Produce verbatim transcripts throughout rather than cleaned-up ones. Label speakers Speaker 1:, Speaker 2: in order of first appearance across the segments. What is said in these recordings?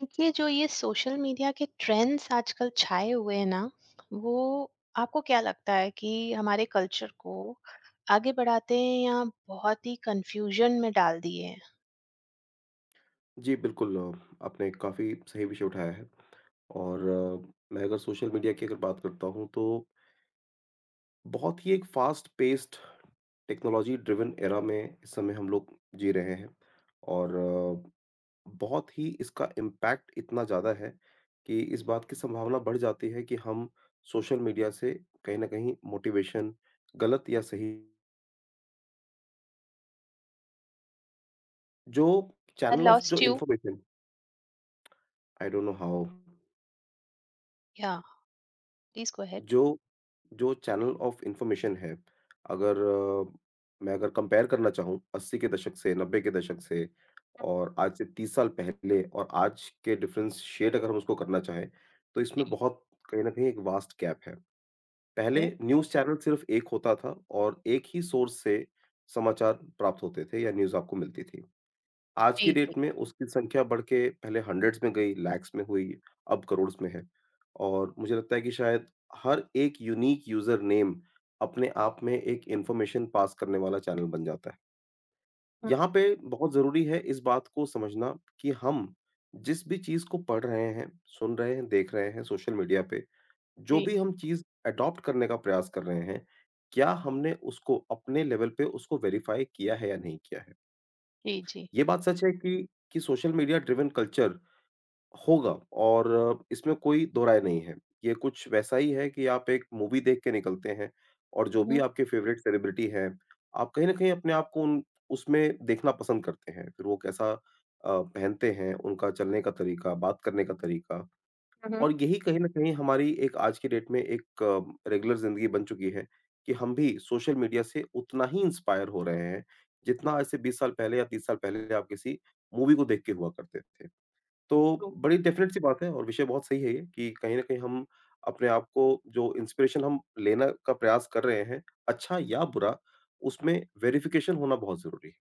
Speaker 1: देखिए, जो ये सोशल मीडिया के ट्रेंड्स आजकल छाए हुए हैं ना, वो आपको क्या लगता है कि हमारे कल्चर को आगे बढ़ाते हैं या बहुत ही कंफ्यूजन में डाल दिए हैं?
Speaker 2: जी, बिल्कुल अ, आपने काफ़ी सही विषय उठाया है। और अ, मैं अगर सोशल मीडिया की अगर बात करता हूँ, तो बहुत ही एक fast paced technology driven era में इस समय हम लोग जी रहे हैं। और अ, बहुत ही इसका इम्पैक्ट इतना ज़्यादा है कि इस बात की संभावना बढ़ जाती है कि हम सोशल मीडिया से कहीं न कहीं मोटिवेशन, गलत या सही, जो
Speaker 1: I
Speaker 2: चैनल ऑफ जो
Speaker 1: lost you.
Speaker 2: Information... I don't know how.
Speaker 1: Yeah, please go ahead.
Speaker 2: जो जो चैनल ऑफ इन्फॉर्मेशन है, अगर अ, मैं अगर कंपेयर करना चाहूँ अस्सी के दशक से, नब्बे के दशक से और आज से तीस साल पहले और आज के, डिफरेंशिएट अगर हम उसको करना चाहें, तो इसमें बहुत कहीं न कहीं एक वास्ट गैप है। पहले
Speaker 1: Okay.
Speaker 2: न्यूज़ चैनल सिर्फ़ एक होता था और एक ही सोर्स से समाचार प्राप्त होते थे या न्यूज़ आपको मिलती थी। आज की
Speaker 1: जी, जी।
Speaker 2: डेट में उसकी संख्या बढ़ के पहले हंड्रेड्स में गई, लैक्स में हुई, अब करोड़्स में है। और मुझे लगता है कि शायद हर एक यूनिक यूज़र नेम अपने आप में एक इन्फॉर्मेशन पास करने वाला चैनल बन जाता है।
Speaker 1: Mm.
Speaker 2: यहाँ पे बहुत ज़रूरी है इस बात को समझना कि हम जिस भी चीज़ को पढ़ रहे हैं, सुन रहे हैं, देख रहे हैं सोशल मीडिया पे, जो
Speaker 1: जी,
Speaker 2: भी हम चीज़ अडॉप्ट करने का प्रयास कर रहे हैं, क्या हमने उसको अपने लेवल पे उसको वेरिफ़ाई किया है या नहीं किया है?
Speaker 1: जी। जी।
Speaker 2: ये बात सच है कि कि सोशल मीडिया ड्रिवन कल्चर होगा और इसमें कोई दो राय नहीं है। ये कुछ वैसा ही है कि आप एक मूवी देख के निकलते हैं और जो भी
Speaker 1: हम्म।
Speaker 2: आपके फेवरेट सेलिब्रिटी हैं, आप कहीं न कहीं अपने आप को उन उसमें देखना पसंद करते हैं। फिर वो कैसा अ, पहनते हैं, उनका चलने का तरीका, बात करने का तरीका।
Speaker 1: Mhm.
Speaker 2: और यही कहीं न कहीं हमारी एक आज की डेट में एक रेगुलर ज़िंदगी बन चुकी है, कि हम भी सोशल मीडिया से उतना ही इंस्पायर हो रहे हैं, जितना आज से बीस साल पहले या तीस साल पहले आप किसी मूवी को देख के हुआ करते थे। तो बड़ी डेफ़िनेट सी बात है और विषय बहुत सही है ये कि कहीं न कहीं हम अपने आप को, जो इंस्पिरेशन हम लेने का प्रयास कर रहे हैं, अच्छा या बुरा, उसमें वेरिफ़िकेशन होना बहुत ज़रूरी है।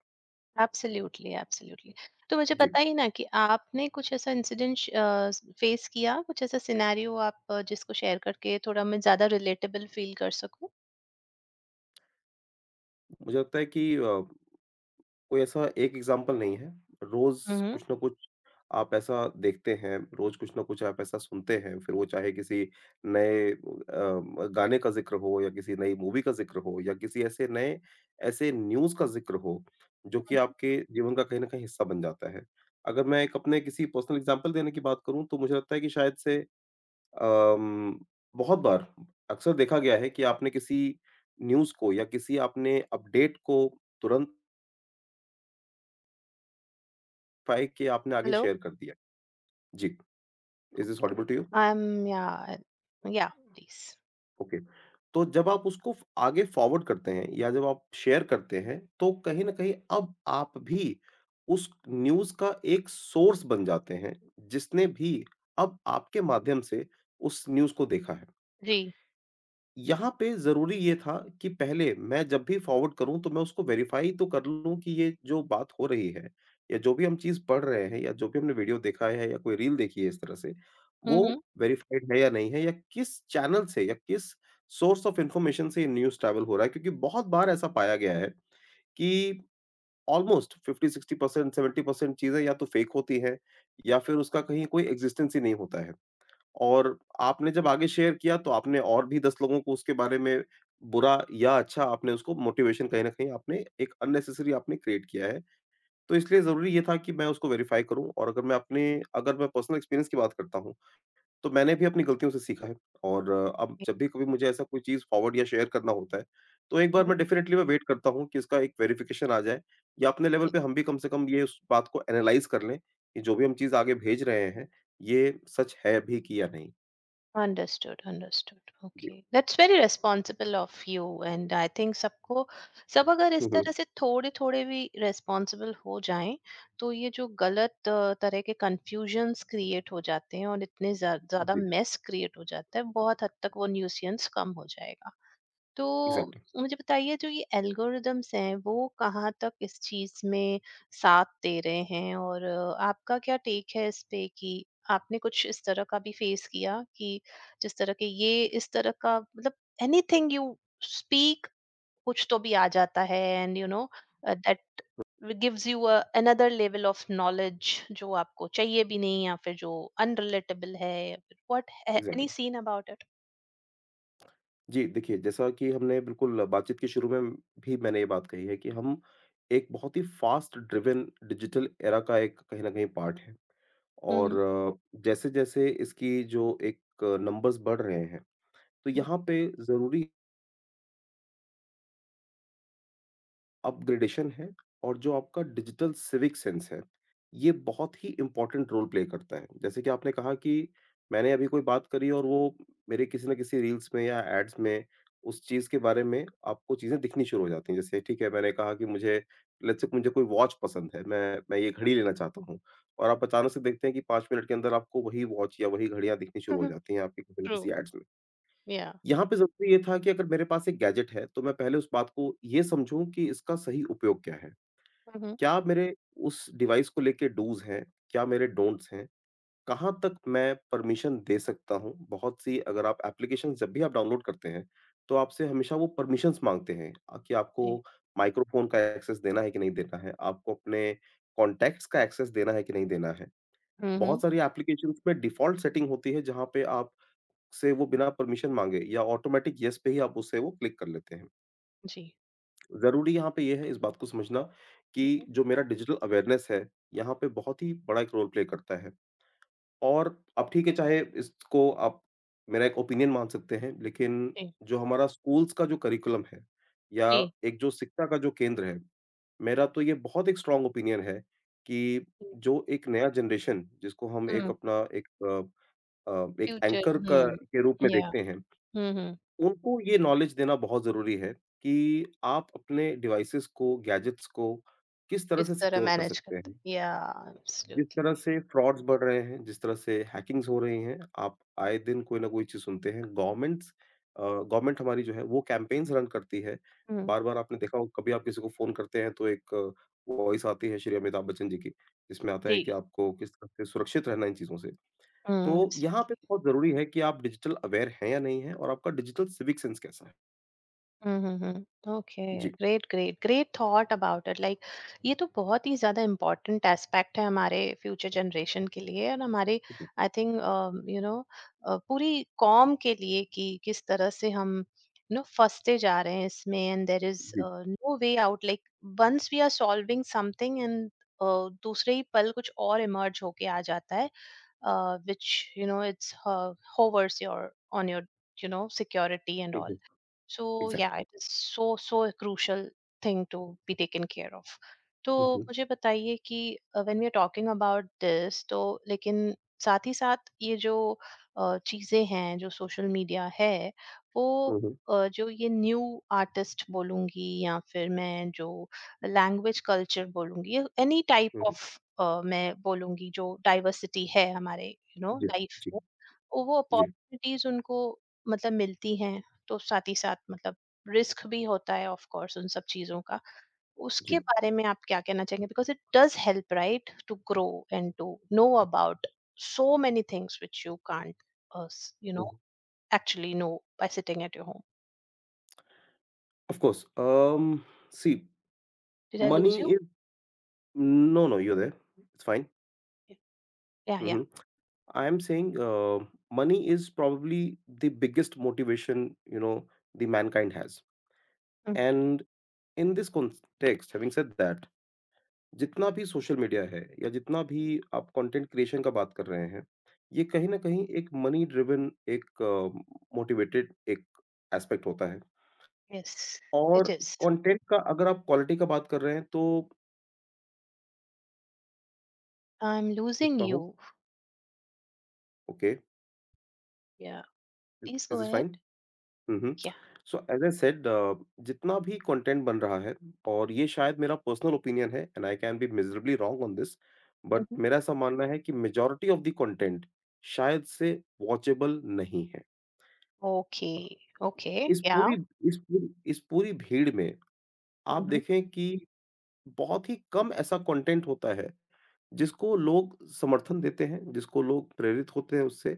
Speaker 1: Absolutely, absolutely. तो मुझे
Speaker 2: जी,
Speaker 1: बताइए ना कि आपने कुछ ऐसा इंसिडेंट फेस किया, कुछ ऐसा सिनेरियो आप अ, जिसको शेयर करके थोड़ा मैं ज्यादा रिलेटेबल फील कर सकूं।
Speaker 2: मुझे लगता है कि अ कोई ऐसा एक एग्जाम्पल नहीं है। रोज़
Speaker 1: हम्म।
Speaker 2: कुछ ना कुछ आप ऐसा देखते हैं, रोज़ कुछ ना कुछ आप ऐसा सुनते हैं, फिर वो चाहे किसी नए अ, गाने का ज़िक्र हो या किसी नई मूवी का ज़िक्र हो या किसी ऐसे नए ऐसे न्यूज़ का ज़िक्र हो, जो कि आपके जीवन का कहीं न कहीं हिस्सा बन जाता है। अगर मैं एक अपने किसी पर्सनल एग्जाम्पल देने की बात करूँ, तो मुझे लगता है कि शायद से अम, बहुत बार अक्सर देखा गया है कि आपने किसी न्यूज़ को या किसी आपने अपडेट को तुरंत ट्राई किया, आपने आगे
Speaker 1: हेलो?
Speaker 2: शेयर कर दिया। जी, is this audible to you?
Speaker 1: Um, yeah, uh, yeah, please.
Speaker 2: Okay. तो जब आप उसको फ आगे फॉरवर्ड करते हैं या जब आप शेयर करते हैं, तो कहीं न कहीं अब आप भी उस न्यूज़ का एक सोर्स बन जाते हैं, जिसने भी अब आपके माध्यम से उस न्यूज़ को देखा है।
Speaker 1: जी।
Speaker 2: यहाँ पे ज़रूरी ये था कि पहले मैं जब भी फॉरवर्ड करूँ तो मैं उसको वेरीफाई तो कर लूँ कि ये जो बात हो रही है या जो भी हम चीज़ पढ़ रहे हैं या जो भी हमने वीडियो देखा है या कोई रील देखी है इस तरह से,
Speaker 1: हुँ,
Speaker 2: वो
Speaker 1: हुँ।
Speaker 2: वेरीफाइड है या नहीं है या किस चैनल से या किस सोर्स ऑफ इन्फॉर्मेशन से ये न्यूज़ ट्रैवल हो रहा है, क्योंकि बहुत बार ऐसा पाया गया है कि almost fifty sixty percent seventy percent चीज़ें या तो फेक होती हैं या फिर उसका कहीं कोई एक्जिस्टेंस ही नहीं होता है। और आपने जब आगे शेयर किया तो आपने और भी दस लोगों को उसके बारे में बुरा या अच्छा, आपने उसको मोटिवेशन कहीं न कहीं आपने एक अननेसेसरी आपने क्रिएट किया है। तो इसलिए ज़रूरी ये था कि मैं उसको वेरीफ़ाई करूँ। और अगर मैं अपने अगर मैं पर्सनल एक्सपीरियंस की बात करता हूँ, तो मैंने भी अपनी गलतियों से सीखा है। और अ, अब जब भी कभी मुझे ऐसा कोई चीज़ फॉरवर्ड या शेयर करना होता है, तो एक बार
Speaker 1: Mhm.
Speaker 2: मैं डेफ़िनेटली मैं वेट करता हूँ कि इसका एक वेरिफ़िकेशन आ जाए या अपने लेवल पे हम भी कम से कम ये उस बात को एनालाइज़ कर लें कि जो भी हम चीज़ आगे भेज रहे हैं, ये सच है भी कि या नहीं।
Speaker 1: Understood, understood. Okay. That's very responsible of you, and I think सबको सब अगर इस
Speaker 2: हुँ,
Speaker 1: तरह
Speaker 2: हुँ।
Speaker 1: से थोड़े-थोड़े भी रिस्पॉन्सिबल हो जाएँ, तो ये जो गलत अ, तरह के कन्फ्यूजन्स क्रिएट हो जाते हैं और इतने ज़्या ज़्यादा
Speaker 2: जी,
Speaker 1: मेस क्रिएट हो जाता है, बहुत हद तक वो न्यूसेंस कम हो जाएगा। तो
Speaker 2: एग्ज़ैक्टली,
Speaker 1: मुझे बताइए, जो ये एल्गोरिदम्स हैं वो कहाँ तक इस चीज में साथ दे रहे हैं, और अ, आपका क्या टेक है इस पे कि आपने कुछ इस तरह का भी फेस किया कि जिस तरह के ये इस तरह का, मतलब एनीथिंग यू स्पीक, कुछ तो भी आ जाता है, and you know that gives you another level of knowledge जो आपको चाहिए भी नहीं, या फिर जो अनरिलेटेबल है, या फिर what any
Speaker 2: exactly.
Speaker 1: Scene about it.
Speaker 2: जी, देखिए, जैसा कि हमने बिल्कुल बातचीत के शुरू में भी मैंने ये बात कही है कि हम एक बहुत ही फ़ास्ट ड्रिवन डिजिटल एरा का एक कहीं न कहीं पार्ट हैं। और
Speaker 1: हम्म।
Speaker 2: जैसे-जैसे इसकी जो एक नंबर्स बढ़ रहे हैं, तो यहाँ पे ज़रूरी अपग्रेडेशन है और जो आपका डिजिटल सिविक सेंस है, ये बहुत ही इम्पोर्टेंट रोल प्ले करता है। जैसे कि आपने कहा कि मैंने अभी कोई बात करी और वो मेरे किसी न किसी रील्स में या एड्स में उस चीज़ के बारे में आपको चीज़ें दिखनी शुरू हो जाती हैं। जैसे ठीक है, मैंने कहा कि मुझे, लेट्स से मुझे कोई वॉच पसंद है, मैं मैं ये घड़ी लेना चाहता हूँ और आप अचानक से देखते हैं कि पाँच मिनट के अंदर आपको वही वॉच या वही घड़ियाँ दिखनी शुरू हो
Speaker 1: ट्रू,
Speaker 2: जाती हैं आपके किसी न
Speaker 1: ट्रू,
Speaker 2: किसी एड्स में।
Speaker 1: या।
Speaker 2: यहाँ पे ज़रूरी ये था कि अगर मेरे पास एक गैजेट है, तो मैं पहले उस बात को ये समझूँ कि इसका सही उपयोग क्या है? क्या मेरे उस डिवाइस को लेके डूज़ हैं? क्या मेरे डोंट्स हैं? कहाँ तक मैं परमिशन दे सकता हूँ? बहुत सी अगर आप एप्लीकेशन जब भी आप डाउनलोड करते हैं, तो आपसे हमेशा वो परमिशंस माँगते हैं अ, कि
Speaker 1: जी।
Speaker 2: आपको माइक्रोफ़ोन का एक्सेस देना है कि नहीं देना है? आपको अपने कॉन्टैक्ट्स का एक्सेस देना है कि नहीं देना है?
Speaker 1: हुँ,
Speaker 2: बहुत
Speaker 1: हुँ।
Speaker 2: सारी एप्लीकेशंस में डिफ़ॉल्ट सेटिंग होती है, जहाँ पे आप से वो बिना परमिशन माँगे या ऑटोमेटिक येस पे ही आप उससे वो क्लिक कर लेते हैं।
Speaker 1: जी।
Speaker 2: ज़रूरी यहाँ पे ये है इस बात को समझना कि
Speaker 1: हुँ,
Speaker 2: जो मेरा डिजिटल अवेयरनेस है, यहाँ पे बहुत ही बड़ा एक रोल प्ले करता है। और अब ठीक है, चाहे इसको आप मेरा एक ओपिनियन मान सकते हैं, लेकिन
Speaker 1: जी,
Speaker 2: जो हमारा स्कूल्स का जो करिकुलम है या
Speaker 1: जी,
Speaker 2: एक जो शिक्षा का जो केंद्र है, मेरा तो ये बहुत एक स्ट्रॉन्ग ओपिनियन है कि
Speaker 1: जी।
Speaker 2: जो एक नया जनरेशन जिसको हम एक
Speaker 1: हुँ,
Speaker 2: अपना एक अ अ, एक
Speaker 1: फ्यूचर,
Speaker 2: एंकर का
Speaker 1: हुँ,
Speaker 2: के रूप में
Speaker 1: या,
Speaker 2: देखते हैं।
Speaker 1: हुँ, हुँ।
Speaker 2: उनको ये नॉलेज देना बहुत ज़रूरी है कि आप अपने डिवाइसेज़ को, गैजेट्स को किस तरह
Speaker 1: किस
Speaker 2: से
Speaker 1: तरह
Speaker 2: सिक्योर कर
Speaker 1: मैनेज
Speaker 2: सकते
Speaker 1: करते
Speaker 2: हैं।
Speaker 1: हैं। या,
Speaker 2: जिस
Speaker 1: एब्सोल्युटली।
Speaker 2: तरह से फ्रॉड्स बढ़ रहे हैं, जिस तरह से हैकिंग्स हो रही हैं, आप आए दिन कोई ना कोई चीज़ सुनते हैं। गवर्नमेंट्स अ, गवर्नमेंट हमारी जो है वो कैम्पेन्स रन करती है।
Speaker 1: हुँ,
Speaker 2: बार-बार आपने देखा होगा, कभी आप किसी को फ़ोन करते हैं तो एक वॉइस आती है श्री अमिताभ बच्चन जी की, जिसमें आता
Speaker 1: जी।
Speaker 2: है कि आपको किस तरह से सुरक्षित रहना है इन चीज़ों से।
Speaker 1: हुँ,
Speaker 2: तो यहाँ पे
Speaker 1: एब्सोल्युटली।
Speaker 2: बहुत ज़रूरी है कि आप डिजिटल अवेयर हैं या नहीं हैं और आपका डिजिटल सिविक सेंस कैसा है?
Speaker 1: हम्म। ओके।
Speaker 2: জি,
Speaker 1: great, great, great thought about it, like ये तो बहुत ही ज्यादा इम्पोर्टेंट एस्पेक्ट है हमारे फ्यूचर जनरेशन के लिए और हमारे,
Speaker 2: জি,
Speaker 1: आई थिंक, यू नो, पूरी कॉम के लिए, कि किस तरह से हम, यू नो, फंसते जा रहे हैं इसमें, एंड देयर इज
Speaker 2: জি,
Speaker 1: no way out, like once we are solving something, and दूसरे ही पल कुछ और इमर्ज होके आ जाता है, which, you know, it's hovers your on your, you know, security and all.
Speaker 2: Hmm,
Speaker 1: so yeah,
Speaker 2: exactly.
Speaker 1: It is so so crucial thing to be taken care of. तो
Speaker 2: হুম, হুম,
Speaker 1: मुझे बताइए कि when we are talking about this, तो लेकिन साथ ही साथ ये जो अ, चीजें हैं, जो सोशल मीडिया है वो,
Speaker 2: হুম, হুম,
Speaker 1: अ, जो ये न्यू आर्टिस्ट बोलूंगी या फिर मैं जो लैंग्वेज कल्चर बोलूंगी, any
Speaker 2: hmm,
Speaker 1: type
Speaker 2: hmm,
Speaker 1: of, मैं बोलूंगी जो डाइवर्सिटी है हमारे, यू नो,
Speaker 2: জি,
Speaker 1: लाइफ,
Speaker 2: জি,
Speaker 1: ओ वो
Speaker 2: জি,
Speaker 1: अपॉर्चुनिटीज उनको, मतलब, मिलती हैं, तो साथ ही साथ मतलब रिस्क भी होता है ऑफ कोर्स उन सब चीज़ों का।
Speaker 2: জি,
Speaker 1: उसके बारे में आप क्या कहना चाहेंगे? Because it does help right to grow and to know about so many things which you can't, uh, स you
Speaker 2: hmm,
Speaker 1: know, actually know by sitting at your home.
Speaker 2: of course, um, see,
Speaker 1: Did I lose
Speaker 2: money
Speaker 1: you?
Speaker 2: is no, no, you're there. It's fine.
Speaker 1: Yeah, yeah.
Speaker 2: Mhm. I am saying, uh, money is probably the biggest motivation, you know, the mankind has.
Speaker 1: Mm.
Speaker 2: And in this context, having said that, जितना भी social media है या जितना भी आप content creation का बात कर रहे हैं, ये कहीं ना कहीं एक मनी ड्रिवन एक मोटिवेटेड एक एस्पेक्ट होता है।
Speaker 1: Yes,
Speaker 2: और
Speaker 1: it is.
Speaker 2: कंटेंट का अगर आप क्वालिटी का बात कर रहे हैं तो
Speaker 1: I'm losing
Speaker 2: लिखता हूँ।
Speaker 1: you.
Speaker 2: Okay.
Speaker 1: Yeah. Please
Speaker 2: this
Speaker 1: go
Speaker 2: is
Speaker 1: ahead.
Speaker 2: Fine. Hmm.
Speaker 1: Yeah.
Speaker 2: So as I said, जितना भी कंटेंट बन रहा है और ये शायद मेरा पर्सनल ओपिनियन है and I can be miserably wrong on this, but
Speaker 1: Mhm.
Speaker 2: मेरा ऐसा मानना है कि मेजोरिटी ऑफ द कंटेंट शायद से वॉचेबल नहीं है।
Speaker 1: Okay, okay.
Speaker 2: इस पूरी
Speaker 1: Yeah.
Speaker 2: इस पूरी इस पूरी भीड़ में आप
Speaker 1: Mhm.
Speaker 2: देखें कि बहुत ही कम ऐसा कंटेंट होता है, जिसको लोग समर्थन देते हैं, जिसको लोग प्रेरित होते हैं उससे।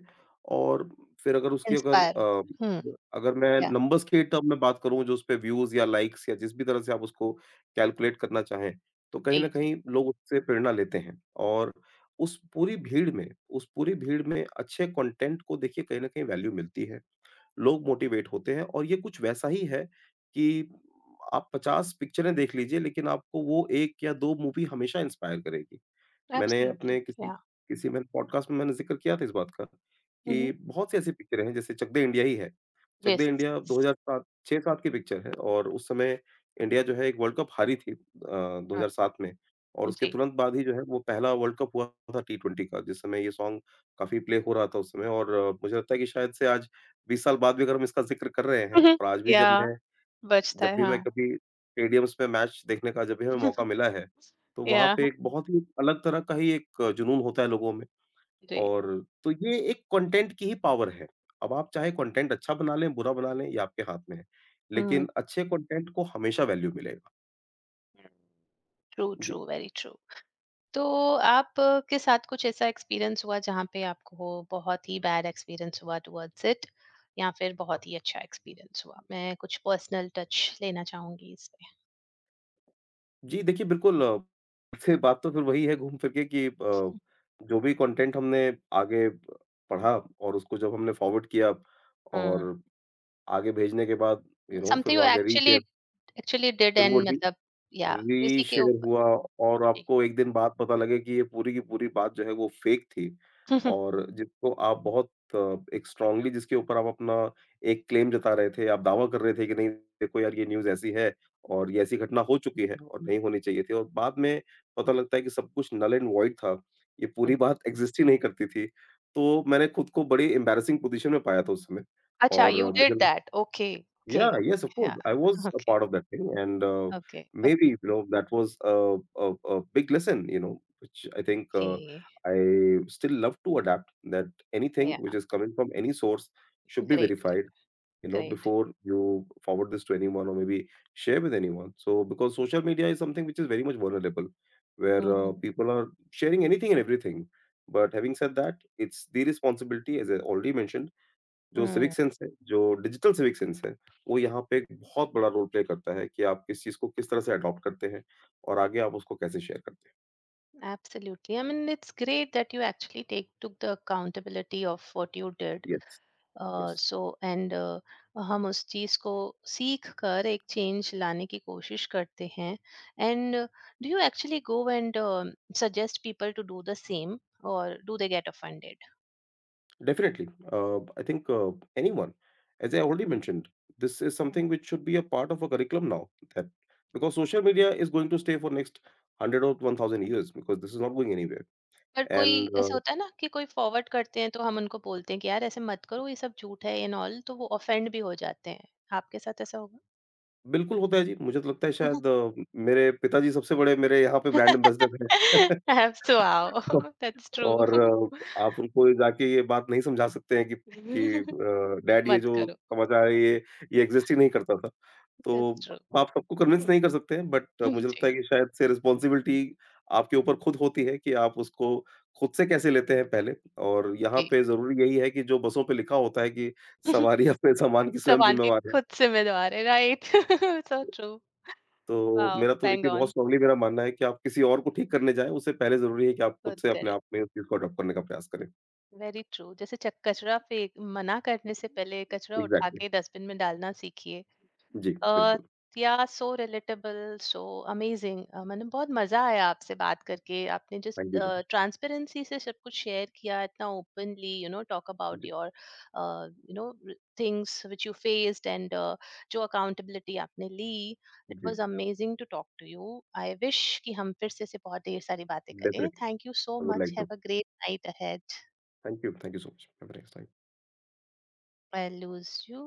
Speaker 2: और फिर अगर उसकी अगर
Speaker 1: Inspire होते हैं। हुँ,
Speaker 2: अ, अगर मैं
Speaker 1: yeah.
Speaker 2: नंबर्स के टर्म में बात करूँ, जो उसपे व्यूज़ या लाइक्स या जिस भी तरह से आप उसको कैलकुलेट करना चाहें, तो कहीं न
Speaker 1: जी, जी,
Speaker 2: कहीं लोग उससे प्रेरणा लेते हैं। और उस पूरी भीड़ में उस पूरी भीड़ में अच्छे कंटेंट को देखिए, कहीं न कहीं वैल्यू मिलती है। लोग मोटिवेट होते हैं और ये कुछ वैसा ही है कि आप पचास पिक्चरें देख लीजिए, लेकिन आपको वो एक या दो मूवी हमेशा इंस्पायर करेगी। मैंने
Speaker 1: एब्सोल्युटली,
Speaker 2: अपने किसी
Speaker 1: या,
Speaker 2: किसी मैंने पॉडकास्ट में मैंने ज़िक्र किया था इस बात का,
Speaker 1: हुँ, हुँ।
Speaker 2: कि बहुत सी ऐसी पिक्चरें हैं जैसे चक दे इंडिया ही है। चक दे
Speaker 1: येस,
Speaker 2: इंडिया
Speaker 1: येस।
Speaker 2: दो हज़ार सात, छह सात की पिक्चर है और उस समय इंडिया जो है एक वर्ल्ड कप हारी थी अ,
Speaker 1: हाँ।
Speaker 2: दो हज़ार सात में। और उसके
Speaker 1: जी।
Speaker 2: तुरंत बाद ही जो है वो पहला वर्ल्ड कप हुआ था टी ट्वेंटी का, जिस समय ये सॉन्ग काफ़ी प्ले हो रहा था उस समय। और अ, मुझे लगता है कि शायद से आज बीस साल बाद भी अगर हम इसका ज़िक्र कर रहे हैं और आज भी
Speaker 1: या,
Speaker 2: जब मैं
Speaker 1: बचता
Speaker 2: जब
Speaker 1: है,
Speaker 2: भी मैं
Speaker 1: हाँ।
Speaker 2: कभी स्टेडियम्स में मैच देखने का, जब भी हमें मौका मिला है, तो वहाँ
Speaker 1: या।
Speaker 2: पे एक बहुत ही अलग तरह का ही एक जुनून होता है लोगों में।
Speaker 1: जी।
Speaker 2: और तो ये एक कंटेंट की ही पावर है। अब आप चाहे कंटेंट अच्छा बना लें, बुरा बना लें, ये आपके हाथ में है।
Speaker 1: हुँ।
Speaker 2: लेकिन अच्छे कंटेंट को हमेशा वैल्यू मिलेगा।
Speaker 1: ट्रू, ट्रू,
Speaker 2: जी।
Speaker 1: Very true. तो आप अ, के साथ कुछ ऐसा एक्सपीरियंस हुआ जहाँ पे आपको बहुत ही बैड एक्सपीरियंस हुआ टुवर्ड्स इट, या फिर बहुत ही अच्छा एक्सपीरियंस हुआ? मैं कुछ पर्सनल टच लेना चाहूँगी इस पे।
Speaker 2: जी, देखिए बिल्कुल, अ, से बात तो फिर वही है घूम फिर के कि अ, जो भी कंटेंट हमने आगे पढ़ा और उसको जब हमने फॉरवर्ड किया
Speaker 1: हुँ।
Speaker 2: और आगे भेजने के बाद, यू नो, फिर
Speaker 1: समथिंग
Speaker 2: वो
Speaker 1: यू
Speaker 2: आगे
Speaker 1: एक्चुअली
Speaker 2: रीशेयर
Speaker 1: एक्चुअली डिड
Speaker 2: फिर वो
Speaker 1: एंड
Speaker 2: री
Speaker 1: मतलब, या। उसी के
Speaker 2: री-शेयर
Speaker 1: ऊपर।
Speaker 2: हुआ। और
Speaker 1: जी।
Speaker 2: आपको एक दिन बाद पता लगे कि ये पूरी की पूरी बात जो है वो फेक थी और जिसको आप बहुत अ, एक स्ट्रांगली जिसके ऊपर आप अपना एक क्लेम जता रहे थे, आप दावा कर रहे थे कि नहीं देखो यार, ये न्यूज़ ऐसी है और ये ऐसी घटना हो चुकी है और नहीं होनी चाहिए थी, और बाद में पता लगता है कि सब कुछ नल एंड वॉइड था। ये पूरी बात एग्ज़िस्ट ही नहीं करती थी। तो मैंने खुद को बड़ी एम्बैरेसिंग पोज़ीशन में पाया था उस समय
Speaker 1: Acha,
Speaker 2: और
Speaker 1: you
Speaker 2: मुझे
Speaker 1: did that. Okay,
Speaker 2: Yeah,
Speaker 1: okay, okay.
Speaker 2: yes, of course.
Speaker 1: Yeah.
Speaker 2: I was a
Speaker 1: Okay,
Speaker 2: part of that thing, and uh,
Speaker 1: okay,
Speaker 2: maybe you know that was a, a a big lesson, you know, which I think, uh,
Speaker 1: okay.
Speaker 2: I still love to adapt. That anything which
Speaker 1: Yeah.
Speaker 2: is coming from any source should be
Speaker 1: Great, great,
Speaker 2: verified, you know,
Speaker 1: great.
Speaker 2: before you forward this to anyone or maybe share with anyone. So because social media is something which is very much vulnerable, where uh,
Speaker 1: Mhm.
Speaker 2: people are sharing anything and everything. But having said that, it's the responsibility, as I already mentioned, जो civic
Speaker 1: Mm,
Speaker 2: sense है, जो digital civic sense है, वो यहाँ पे एक बहुत बड़ा रोल प्ले करता है कि आप किस चीज़ को किस तरह से अडॉप्ट करते हैं और आगे आप उसको कैसे शेयर करते हैं।
Speaker 1: absolutely. I mean, it's great that you actually take took the accountability of what you did.
Speaker 2: Yes, yes.
Speaker 1: So, and हम उस चीज़ को सीख कर एक चेंज लाने की कोशिश करते हैं, and do you actually go and suggest people to do the same, और do they get offended?
Speaker 2: Definitely, uh, I think anyone, as I already mentioned, this is something which should be a part of a curriculum now, that because social media is going to stay for next hundred और thousand years, because this is not going anywhere.
Speaker 1: पर कोई
Speaker 2: and
Speaker 1: ऐसा होता है ना कि कोई forward करते हैं तो हम उनको बोलते हैं कि यार ऐसे मत करो, ये सब झूठ है एंड ऑल, तो वो ऑफेंड भी हो जाते हैं? आपके साथ ऐसा होगा।
Speaker 2: बिल्कुल होता है जी, मुझे तो लगता है शायद अ, मेरे पिताजी सबसे बड़े मेरे यहाँ पे ब्रांड एम्बेसडर हैं।
Speaker 1: हैव टू आओ। That's true.
Speaker 2: और अ, आप उनको ये जाके ये बात नहीं समझा सकते हैं कि कि अ, डैड, ये
Speaker 1: मत
Speaker 2: जो
Speaker 1: करो।
Speaker 2: समाचार है, ये ये एग्ज़िस्ट ही नहीं करता था।
Speaker 1: दैट्स
Speaker 2: तो
Speaker 1: ट्रू।
Speaker 2: आप सबको कन्विंस नहीं कर सकते हैं, बट मुझे लगता
Speaker 1: जी,
Speaker 2: है कि शायद से रिस्पॉन्सिबिलिटी आपके ऊपर खुद होती है कि आप उसको खुद से कैसे लेते हैं पहले, और यहाँ
Speaker 1: जी।
Speaker 2: पे ज़रूरी यही है कि जो बसों पे लिखा होता है कि सवारी अपने सामान की स्वयं
Speaker 1: संभाल के
Speaker 2: ज़िम्मेवार है।
Speaker 1: खुद जिम्मेदार है, राइट। So true.
Speaker 2: तो
Speaker 1: वाओ,
Speaker 2: मेरा तो
Speaker 1: बैंग
Speaker 2: देखिए, बहुत
Speaker 1: ऑन।
Speaker 2: स्ट्रॉन्गली मेरा मानना है कि आप किसी और को ठीक करने जाएँ, उससे पहले ज़रूरी है कि आप खुद
Speaker 1: खुद
Speaker 2: से अपने
Speaker 1: करें।
Speaker 2: आप में उस चीज़ को अडॉप्ट करने का प्रयास करें।
Speaker 1: Very true. जैसे चक- कचरा फेंक मना करने से पहले कचरा उठा
Speaker 2: एग्ज़ैक्टली।
Speaker 1: के डस्टबिन में डालना सीखिए।
Speaker 2: जी,
Speaker 1: अ,
Speaker 2: बिल्कुल।
Speaker 1: या, सो रिलेटेबल, सो अमेजिंग, मैंने बहुत मजा आया आपसे बात करके, आपने जिस
Speaker 2: thank you so much.
Speaker 1: Transparency से सब कुछ शेयर किया इतना openly, you know, talk about
Speaker 2: जी,
Speaker 1: your, you know, things which you faced, and जो अकाउंटेबिलिटी आपने ली, इट
Speaker 2: जी।
Speaker 1: Was amazing to talk to you. I wish कि हम फिर से ऐसे बहुत ढेर सारी बातें करें।
Speaker 2: Definitely
Speaker 1: thank you so
Speaker 2: I would
Speaker 1: much.
Speaker 2: Like
Speaker 1: have
Speaker 2: to.
Speaker 1: A great night ahead.
Speaker 2: Thank you, thank you so much. Have a nice time.
Speaker 1: I lose you.